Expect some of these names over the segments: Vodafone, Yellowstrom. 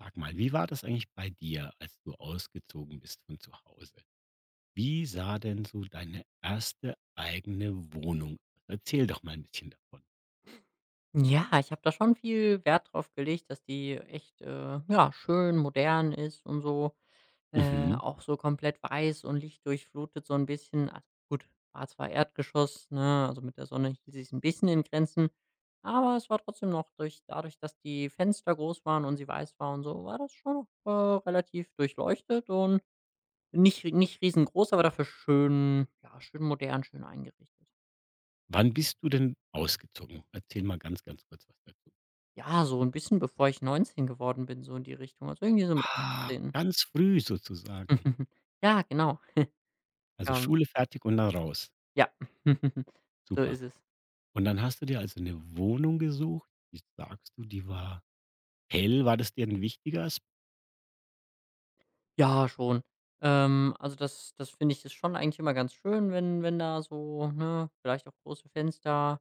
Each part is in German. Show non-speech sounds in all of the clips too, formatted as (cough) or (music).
Sag mal, wie war das eigentlich bei dir, als du ausgezogen bist von zu Hause? Wie sah denn so deine erste eigene Wohnung aus? Erzähl doch mal ein bisschen davon. Ja, ich habe da schon viel Wert drauf gelegt, dass die echt, ja, schön modern ist und so, Mhm. auch so komplett weiß und lichtdurchflutet so ein bisschen. Also, gut, war zwar Erdgeschoss, ne, also, mit der Sonne hielt sie es ein bisschen in Grenzen, aber es war trotzdem noch durch dadurch, dass die Fenster groß waren und sie weiß war und so, war das schon noch, relativ durchleuchtet und nicht riesengroß, aber dafür schön, ja, schön modern, schön eingerichtet. Wann bist du denn ausgezogen? Erzähl mal ganz, ganz kurz was dazu. Ja, so 'n bisschen bevor ich 19 geworden bin, so in die Richtung. Also, irgendwie so mit Ah, 18. ganz früh sozusagen. (laughs) Ja, genau. Also, Ähm, Schule fertig und dann raus. ja, (laughs) so Super. ist es. Und dann hast du dir also eine Wohnung gesucht. Jetzt sagst du, die war hell. War das dir ein wichtiger? Ja, schon. Also, das finde ich ist schon eigentlich immer ganz schön, wenn da so, ne, vielleicht auch große Fenster,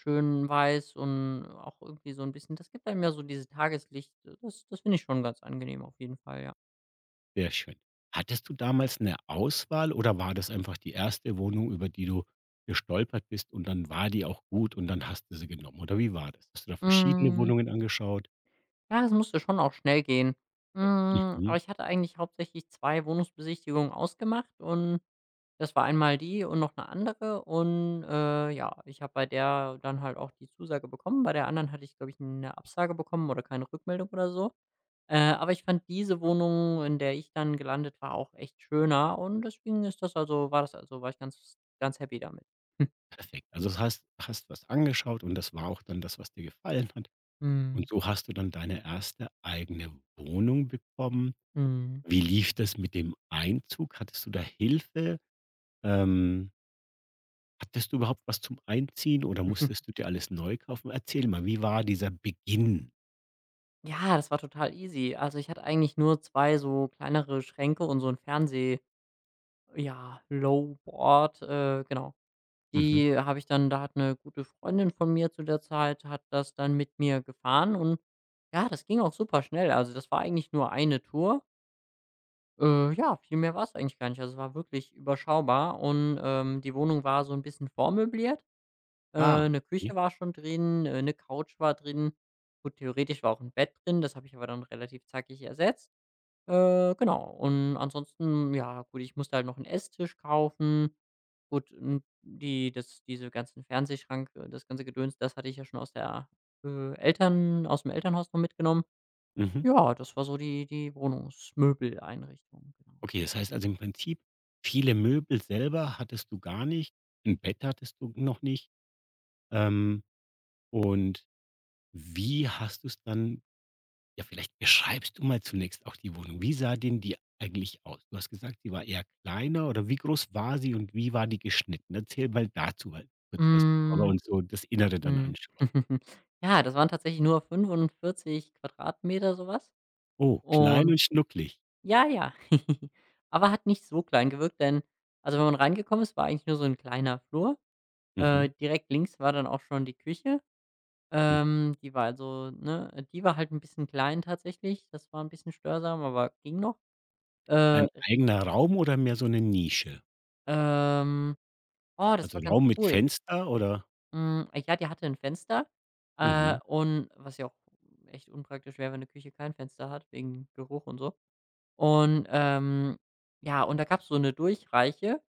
schön weiß und auch irgendwie so 'n bisschen, das gibt einem ja so dieses Tageslicht. Das finde ich schon ganz angenehm auf jeden Fall, ja. Sehr schön. Hattest du damals eine Auswahl oder war das einfach die erste Wohnung, über die du gestolpert bist und dann war die auch gut und dann hast du sie genommen oder wie war das? Hast du da verschiedene Mhm. Wohnungen angeschaut? Ja, es musste schon auch schnell gehen. Hm, Mhm. aber ich hatte eigentlich hauptsächlich 2 Wohnungsbesichtigungen ausgemacht, und das war einmal die und noch eine andere, und, ja, ich habe bei der dann halt auch die Zusage bekommen. Bei der anderen hatte ich, glaube ich, eine Absage bekommen oder keine Rückmeldung oder so. Aber ich fand diese Wohnung, in der ich dann gelandet war, auch echt schöner, und deswegen ist das also war ich ganz happy damit. (laughs) Perfekt. Also, das heißt, hast was angeschaut und das war auch dann das, was dir gefallen hat Mhm. und so hast du dann deine erste eigene Wohnung bekommen. Mhm. Wie lief das mit dem Einzug? Hattest du da Hilfe? Ähm, hattest du überhaupt was zum Einziehen oder (laughs) musstest du dir alles neu kaufen? Erzähl mal, wie war dieser Beginn? Ja, das war total easy. Also, ich hatte eigentlich nur 2 so kleinere Schränke und so ein Fernseh ja, Lowboard, genau. Mhm. Die habe ich dann Da hat eine gute Freundin von mir zu der Zeit hat das dann mit mir gefahren, und ja, das ging auch super schnell. Also, das war eigentlich nur eine Tour. Ja, viel mehr war es eigentlich gar nicht. Also, es war wirklich überschaubar, und, die Wohnung war so ein bisschen vormöbliert. Ah, 'Ne Küche okay. war schon drin, 'ne Couch war drin. Gut, theoretisch war auch ein Bett drin, das habe ich aber dann relativ zackig ersetzt. Genau. Und ansonsten, ja, gut, ich musste halt noch einen Esstisch kaufen. Gut, n die das diese ganzen Fernsehschrank, das ganze Gedöns, das hatte ich ja schon aus der, Eltern aus dem Elternhaus noch mitgenommen. Mhm. Ja, das war so die Wohnungsmöbeleinrichtung, genau. Okay, das heißt also im Prinzip, viele Möbel selber hattest du gar nicht, ein Bett hattest du noch nicht. Ähm, und wie hast du es dann, ja, vielleicht beschreibst du mal zunächst auch die Wohnung. Wie sah denn die eigentlich aus? Du hast gesagt, sie war eher kleiner oder wie groß war sie und wie war die geschnitten? Erzähl mal dazu mal kurz was, bevor wir Hm, uns so das Innere dann mhm. anschauen. (laughs) Ja, das waren tatsächlich nur 45 Quadratmeter, sowas. Oh, klein Und und schnucklig. ja, ja. (laughs) Aber hat nicht so klein gewirkt, denn also, wenn man reingekommen ist, war eigentlich nur so ein kleiner Flur. Mhm, Direkt links war dann auch schon die Küche. hm. Die war die war halt ein bisschen klein tatsächlich. Das war ein bisschen störsam, aber ging noch. Äh, Ein eigener Raum oder mehr so eine Nische? ähm, oh, das Also, war ganz Raum mit cool. Fenster oder? Hm, ja, die hatte ein Fenster, Mhm, und was ja auch echt unpraktisch wäre, wenn eine Küche kein Fenster hat wegen Geruch und so. Und, ja, und da gab's so eine Durchreiche.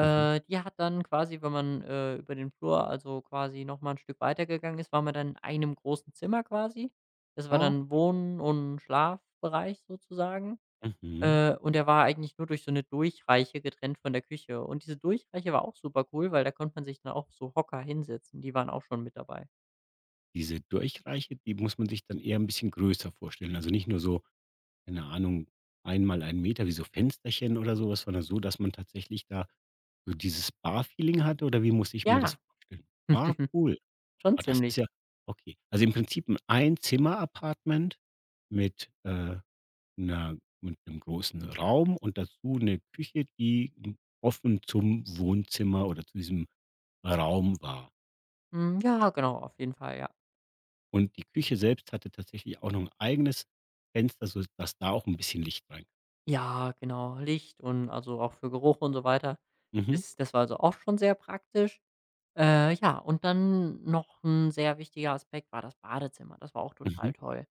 mhm. Die hat dann quasi, wenn man, über den Flur, also quasi noch mal 'n Stück weitergegangen ist, war man dann in einem großen Zimmer quasi. Das war Ah, dann Wohn- und Schlafbereich sozusagen. mhm. Und der war eigentlich nur durch so eine Durchreiche getrennt von der Küche. Und diese Durchreiche war auch super cool, weil da konnte man sich dann auch so Hocker hinsetzen. Die waren auch schon mit dabei. Diese Durchreiche, die muss man sich dann eher 'n bisschen größer vorstellen. Also, nicht nur so, keine Ahnung, 1 mal 1 Meter wie so Fensterchen oder so was, sondern so, dass man tatsächlich da so dieses Bar-Feeling hat oder wie muss ich mir das Ja, vorstellen? Ah, (laughs) cool. schon Ah, das ist ziemlich. ja okay. Also, im Prinzip 'n Einzimmer-Apartment mit, 'ner mit einem großen Raum und dazu eine Küche, die, offen zum Wohnzimmer oder zu diesem Raum war. Hm, ja, genau, auf jeden Fall, ja. Und die Küche selbst hatte tatsächlich auch noch ein eigenes Fenster, so dass da auch ein bisschen Licht rein. Ja, genau, Licht und also auch für Geruch und so weiter. Mhm, Das war also auch schon sehr praktisch. Ja, und dann noch ein sehr wichtiger Aspekt war das Badezimmer. Das war auch mhm, total toll.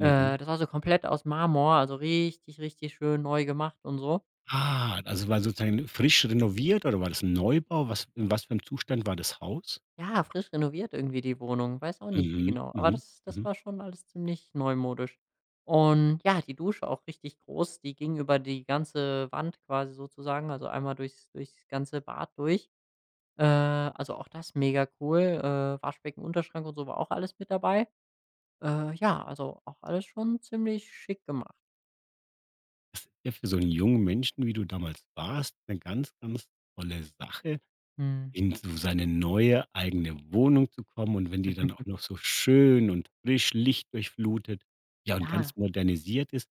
mhm. Das war so komplett aus Marmor, also richtig, richtig schön neu gemacht und so. Ah, also war sozusagen frisch renoviert oder war das ein Neubau? Was für einem Zustand war das Haus? Ja, frisch renoviert irgendwie die Wohnung, weiß auch nicht wie Mhm, genau, aber mhm, das mhm. war schon alles ziemlich neumodisch. Und ja, die Dusche auch richtig groß, die ging über die ganze Wand quasi sozusagen, also einmal durchs ganze Bad durch. Also auch das mega cool. Waschbecken, Unterschrank und so war auch alles mit dabei. Ja, also auch alles schon ziemlich schick gemacht. Das ist ja für so einen jungen Menschen, wie du damals warst, eine ganz, ganz tolle Sache, Mhm. in so seine neue eigene Wohnung zu kommen, und wenn die dann (laughs) auch noch so schön und frisch lichtdurchflutet, ja, und Ja. ganz modernisiert ist.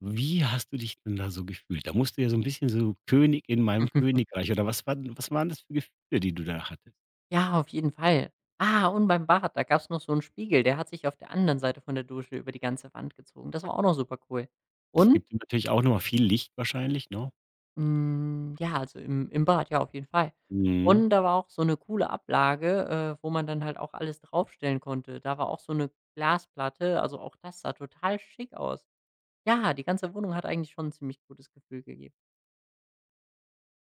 Wie hast du dich denn da so gefühlt? Da musst du ja so 'n bisschen so König in meinem Königreich, oder was waren das für Gefühle, die du da hattest? Ja, auf jeden Fall. Ah, und beim Bad, da gab's noch so einen Spiegel, der hat sich auf der anderen Seite von der Dusche über die ganze Wand gezogen. Das war auch noch super cool. Das Und gibt dir natürlich auch noch mal viel Licht wahrscheinlich, ne? hm, ja, also im Bad, ja, auf jeden Fall. Mhm. Und da war auch so eine coole Ablage, wo man dann halt auch alles draufstellen konnte. Da war auch so eine Glasplatte, also auch das sah total schick aus. Ja, die ganze Wohnung hat eigentlich schon 'n ziemlich gutes Gefühl gegeben.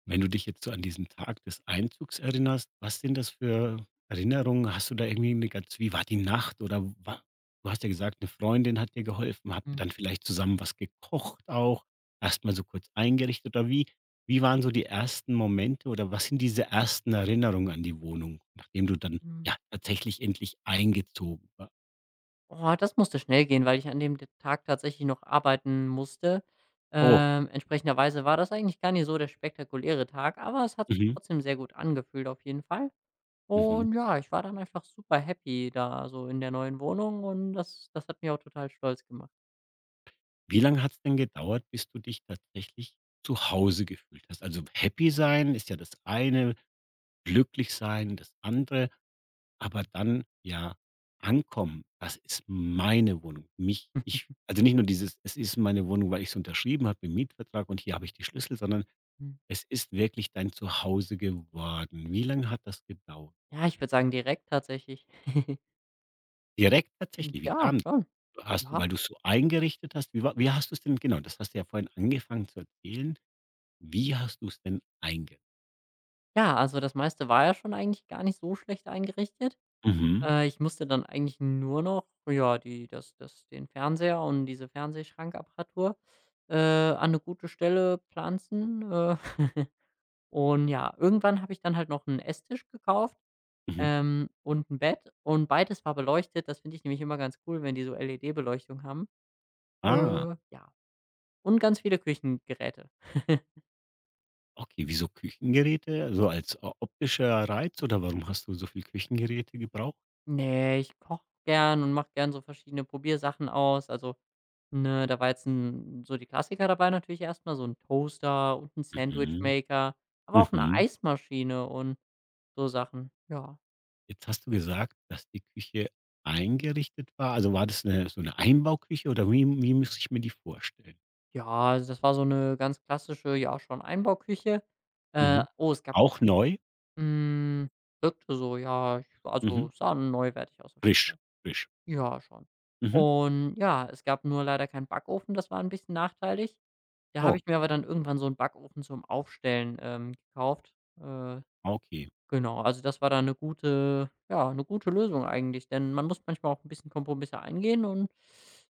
Wenn du dich jetzt so an diesen Tag des Einzugs erinnerst, was sind das für Erinnerungen? Hast du da irgendwie eine ganz, wie war die Nacht, oder wa du hast ja gesagt, eine Freundin hat dir geholfen. Habt ihr Mhm. dann vielleicht zusammen was gekocht auch? Erstmal so kurz eingerichtet, oder wie waren so die ersten Momente, oder was sind diese ersten Erinnerungen an die Wohnung, nachdem du dann, Mhm. ja, tatsächlich endlich eingezogen war. Oh, das musste schnell gehen, weil ich an dem Tag tatsächlich noch arbeiten musste. Oh, Entsprechenderweise war das eigentlich gar nicht so der spektakuläre Tag, aber es hat sich mhm, trotzdem sehr gut angefühlt auf jeden Fall. mhm. Und ja, ich war dann einfach super happy da so in der neuen Wohnung, und das hat mich auch total stolz gemacht. Wie lange hat es denn gedauert, bis du dich tatsächlich zu Hause gefühlt hast? Also, happy sein ist ja das eine. Glücklichsein, das andere, aber dann, ja, ankommen. Das ist meine Wohnung. Mich ich (laughs) also nicht nur dieses: „Es ist meine Wohnung, weil ich's unterschrieben habe im Mietvertrag und hier habe ich die Schlüssel", sondern es ist wirklich dein Zuhause geworden. Wie lange hat das gedauert? Ja, ich würde sagen direkt tatsächlich. (laughs) Direkt tatsächlich, wie Ja, kam das? schon. Hast du Ja. weil du's so eingerichtet hast? Wie hast du es denn genau, das hast du ja vorhin angefangen zu erzählen. Wie hast du es denn eingerichtet? Ja, also das meiste war ja schon eigentlich gar nicht so schlecht eingerichtet. Mhm, Ich musste dann eigentlich nur noch, ja, die das das den Fernseher und diese Fernsehschrankapparatur, an eine gute Stelle pflanzen, (laughs) und ja, irgendwann habe ich dann halt noch einen Esstisch gekauft, mhm. Und ein Bett, und beides war beleuchtet. Das finde ich nämlich immer ganz cool, wenn die so LED-Beleuchtung haben. Ah. Ja, und ganz viele Küchengeräte. (laughs) Okay, wieso Küchengeräte? So als o optischer Reiz, oder warum hast du so viel Küchengeräte gebraucht? Ne, ich koche gern und mache gern so verschiedene Probiersachen aus. Da war jetzt 'n so die Klassiker dabei, natürlich erstmal so ein Toaster und ein Mhm, Sandwichmaker, aber auch eine mhm. Eismaschine und so Sachen. Ja. Jetzt hast du gesagt, dass die Küche eingerichtet war. Also, war das so eine Einbauküche, oder wie muss ich mir die vorstellen? Ja, also das war so eine ganz klassische, ja, schon Einbauküche. Mhm. Oh, es gab Auch neu? hm, wirkte so, ja, ich Mhm. also sah neuwertig aus auf jeden Frisch, Fall. frisch. Ja, schon. Mhm. Und ja, es gab nur leider keinen Backofen, das war ein bisschen nachteilig. Da habe Oh, ich mir aber dann irgendwann so einen Backofen zum Aufstellen, gekauft. Äh okay. Genau, also das war da eine gute ja, eine gute Lösung eigentlich, denn man muss manchmal auch ein bisschen Kompromisse eingehen, und,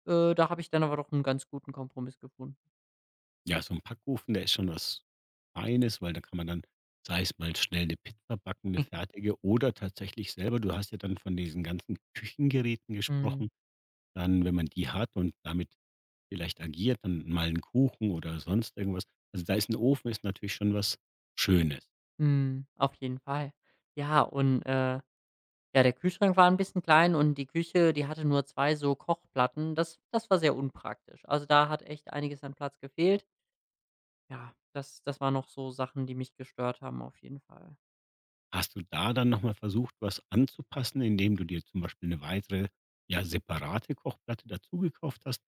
da habe ich dann aber doch einen ganz guten Kompromiss gefunden. Ja, so ein Backofen, der ist schon was Feines, weil da kann man dann, sei es mal schnell 'ne Pizza backen, 'ne fertige, oder tatsächlich selber, du hast ja dann von diesen ganzen Küchengeräten Mhm, gesprochen. Dann, wenn man die hat und damit vielleicht agiert, dann mal 'n Kuchen oder sonst irgendwas. Also, da ist ein Ofen ist natürlich schon was Schönes. mhm, auf jeden Fall. Ja, und, ja, der Kühlschrank war ein bisschen klein, und die Küche, die hatte nur 2 so Kochplatten. Das war sehr unpraktisch. Also, da hat echt einiges an Platz gefehlt. Ja, das waren noch so Sachen, die mich gestört haben auf jeden Fall. Hast du da dann noch mal versucht, was anzupassen, indem du dir zum Beispiel eine weitere, ja, separate Kochplatte dazu gekauft hast?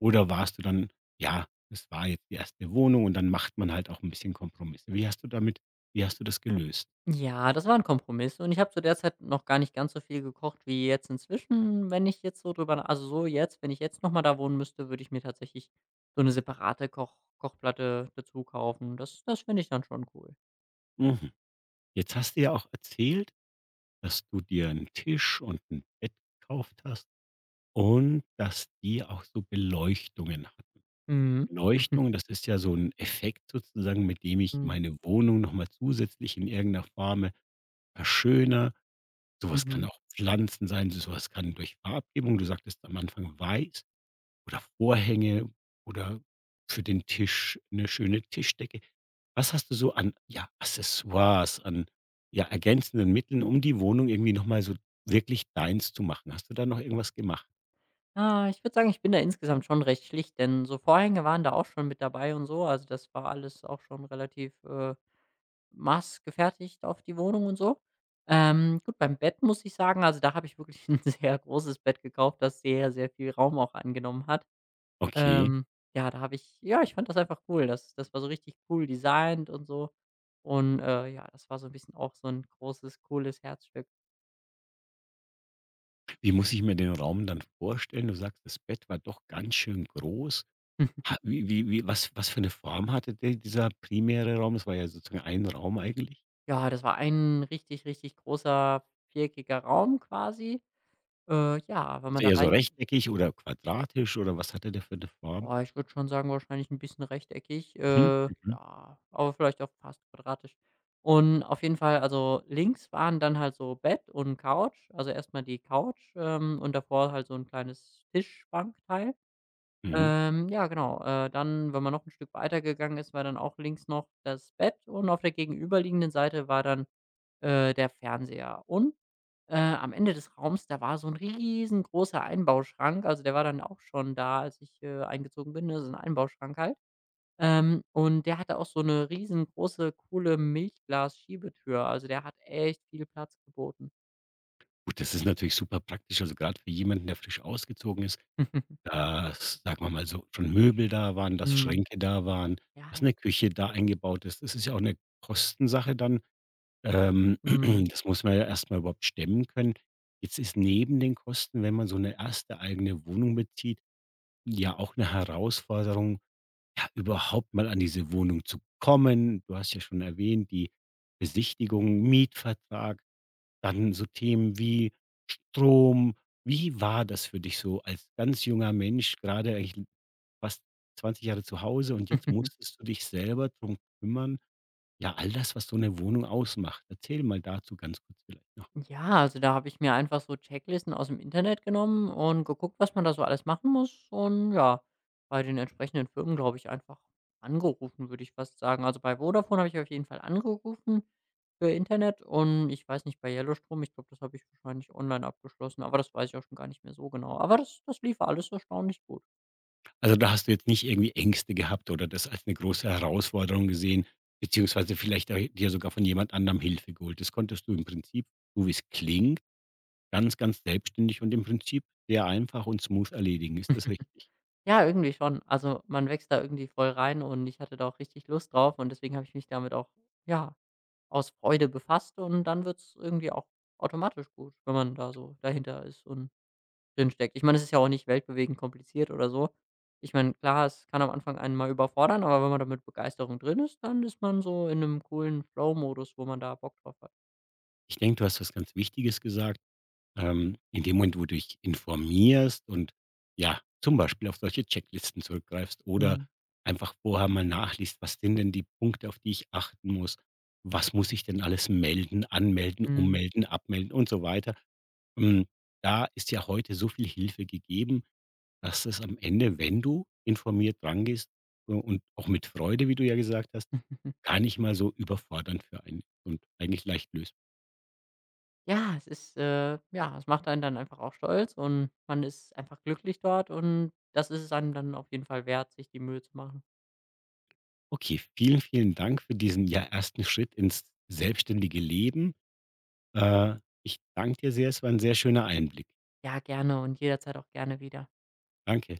Oder warst du dann: „Ja, es war jetzt die erste Wohnung und dann macht man halt auch ein bisschen Kompromisse." Wie hast du das gelöst? Ja, das war 'n Kompromiss, und ich habe zu der Zeit noch gar nicht ganz so viel gekocht wie jetzt inzwischen, wenn ich jetzt so drüber na also, so jetzt wenn ich jetzt noch mal da wohnen müsste, würde ich mir tatsächlich so 'ne separate Kochplatte dazu kaufen. Das finde ich dann schon cool. Mhm. Jetzt hast du ja auch erzählt, dass du dir einen Tisch und ein Bett gekauft hast. Und dass die auch so Beleuchtungen hatten. Mhm. Beleuchtung, das (laughs) ist ja so ein Effekt sozusagen, mit dem ich Mhm. meine Wohnung noch mal zusätzlich in irgendeiner Form verschönere. Sowas kann Mhm. auch Pflanzen sein, sowas kann durch Farbgebung, du sagtest am Anfang weiß, oder Vorhänge oder für den Tisch eine schöne Tischdecke. Was hast du so an, ja, Accessoires, an, ja, ergänzenden Mitteln, um die Wohnung irgendwie noch mal so wirklich deins zu machen? Hast du da noch irgendwas gemacht? Ah, ich würde sagen, ich bin da insgesamt schon recht schlicht, denn so Vorhänge waren da auch schon mit dabei und so. Also, das war alles auch schon relativ, maßgefertigt auf die Wohnung und so. Gut, beim Bett muss ich sagen, also da habe ich wirklich (laughs) ein sehr großes Bett gekauft, das sehr, sehr viel Raum auch angenommen hat. Okay. Ähm, ja, da habe ich ja, ich fand das einfach cool. Das war so richtig cool designt und so. Und, ja, das war so ein bisschen auch so ein großes, cooles Herzstück. Wie muss ich mir den Raum dann vorstellen? Du sagst, das Bett war doch ganz schön groß. Ha (laughs) wie wie wie was was für eine Form hatte de dieser primäre Raum? Es war ja sozusagen ein Raum eigentlich. Ja, das war ein richtig, richtig großer, viereckiger Raum quasi. Ja, wenn Also, man da eher so rein rechteckig oder quadratisch, oder was hatte der für eine Form? Boah, ich würde schon sagen, wahrscheinlich ein bisschen rechteckig, Mhm, mhm, ja, aber vielleicht auch fast quadratisch. Und auf jeden Fall, also, links waren dann halt so Bett und Couch, also, erstmal die Couch, und davor halt so ein kleines Tischbankteil. mhm. Ja, genau, dann, wenn man noch ein Stück weiter gegangen ist, war dann auch links noch das Bett, und auf der gegenüberliegenden Seite war dann der Fernseher. Und, am Ende des Raums, da war so ein riesengroßer Einbauschrank. Also, der war dann auch schon da, als ich, eingezogen bin, ne, so 'n Einbauschrank halt. Und der hatte auch so eine riesengroße, coole Milchglas-Schiebetür. Also, der hat echt viel Platz geboten. Gut, das ist natürlich super praktisch, also, gerade für jemanden, der frisch ausgezogen ist, (laughs) dass, sagen wir mal so, schon Möbel da waren, dass Mhm. Schränke da waren, dass Ja. eine Küche da eingebaut ist. Das ist ja auch 'ne Kostensache dann. Ähm, Mhm. (clears throat) das muss man ja erst mal überhaupt stemmen können. Jetzt ist neben den Kosten, wenn man so eine erste eigene Wohnung bezieht, ja auch eine Herausforderung, ja, überhaupt mal an diese Wohnung zu kommen. Du hast ja schon erwähnt, die Besichtigung, Mietvertrag, dann so Themen wie Strom. Wie war das für dich so als ganz junger Mensch, gerade eigentlich fast 20 Jahre zu Hause, und jetzt (laughs) musstest du dich selber drum kümmern? Ja, all das, was so eine Wohnung ausmacht. Erzähl mal dazu ganz kurz vielleicht noch. Ja, also da habe ich mir einfach so Checklisten aus dem Internet genommen und geguckt, was man da so alles machen muss, und ja, bei den entsprechenden Firmen, glaube ich, einfach angerufen, würde ich fast sagen. Also, bei Vodafone habe ich auf jeden Fall angerufen für Internet, und ich weiß nicht, bei Yellowstrom, ich glaube, das habe ich wahrscheinlich online abgeschlossen, aber das weiß ich auch schon gar nicht mehr so genau. Aber das lief alles erstaunlich gut. Also, da hast du jetzt nicht irgendwie Ängste gehabt oder das als eine große Herausforderung gesehen, beziehungsweise vielleicht da dir sogar von jemand anderem Hilfe geholt. Das konntest du im Prinzip, so wie es klingt, ganz, ganz selbstständig und im Prinzip sehr einfach und smooth erledigen. Ist das richtig? Ja, irgendwie schon. Also, man wächst da irgendwie voll rein, und ich hatte da auch richtig Lust drauf, und deswegen habe ich mich damit auch, ja, aus Freude befasst, und dann wird's irgendwie auch automatisch gut, wenn man da so dahinter ist und drinsteckt. Ich meine, es ist ja auch nicht weltbewegend kompliziert oder so. Ich meine, klar, es kann am Anfang einen mal überfordern, aber wenn man da mit Begeisterung drin ist, dann ist man so in einem coolen Flow-Modus, wo man da Bock drauf hat. Ich denke, du hast was ganz Wichtiges gesagt. In dem Moment, wo du dich informierst und, ja, zum Beispiel auf solche Checklisten zurückgreifst oder Mhm. einfach vorher mal nachliest, was sind denn die Punkte, auf die ich achten muss? Was muss ich denn alles melden, anmelden, Mhm. ummelden, abmelden und so weiter? Ähm, da ist ja heute so viel Hilfe gegeben, dass es am Ende, wenn du informiert rangehst, und auch mit Freude, wie du ja gesagt hast, Mhm. (laughs) gar nicht mal so überfordernd für einen ist und eigentlich leicht lösbar. Ja, es ist, ja, es macht einen dann einfach auch stolz, und man ist einfach glücklich dort, und das ist es einem dann auf jeden Fall wert, sich die Mühe zu machen. Okay, vielen, vielen Dank für diesen, ja, ersten Schritt ins selbstständige Leben. Äh, ich danke dir sehr. Es war ein sehr schöner Einblick. Ja, gerne und jederzeit auch gerne wieder. Danke.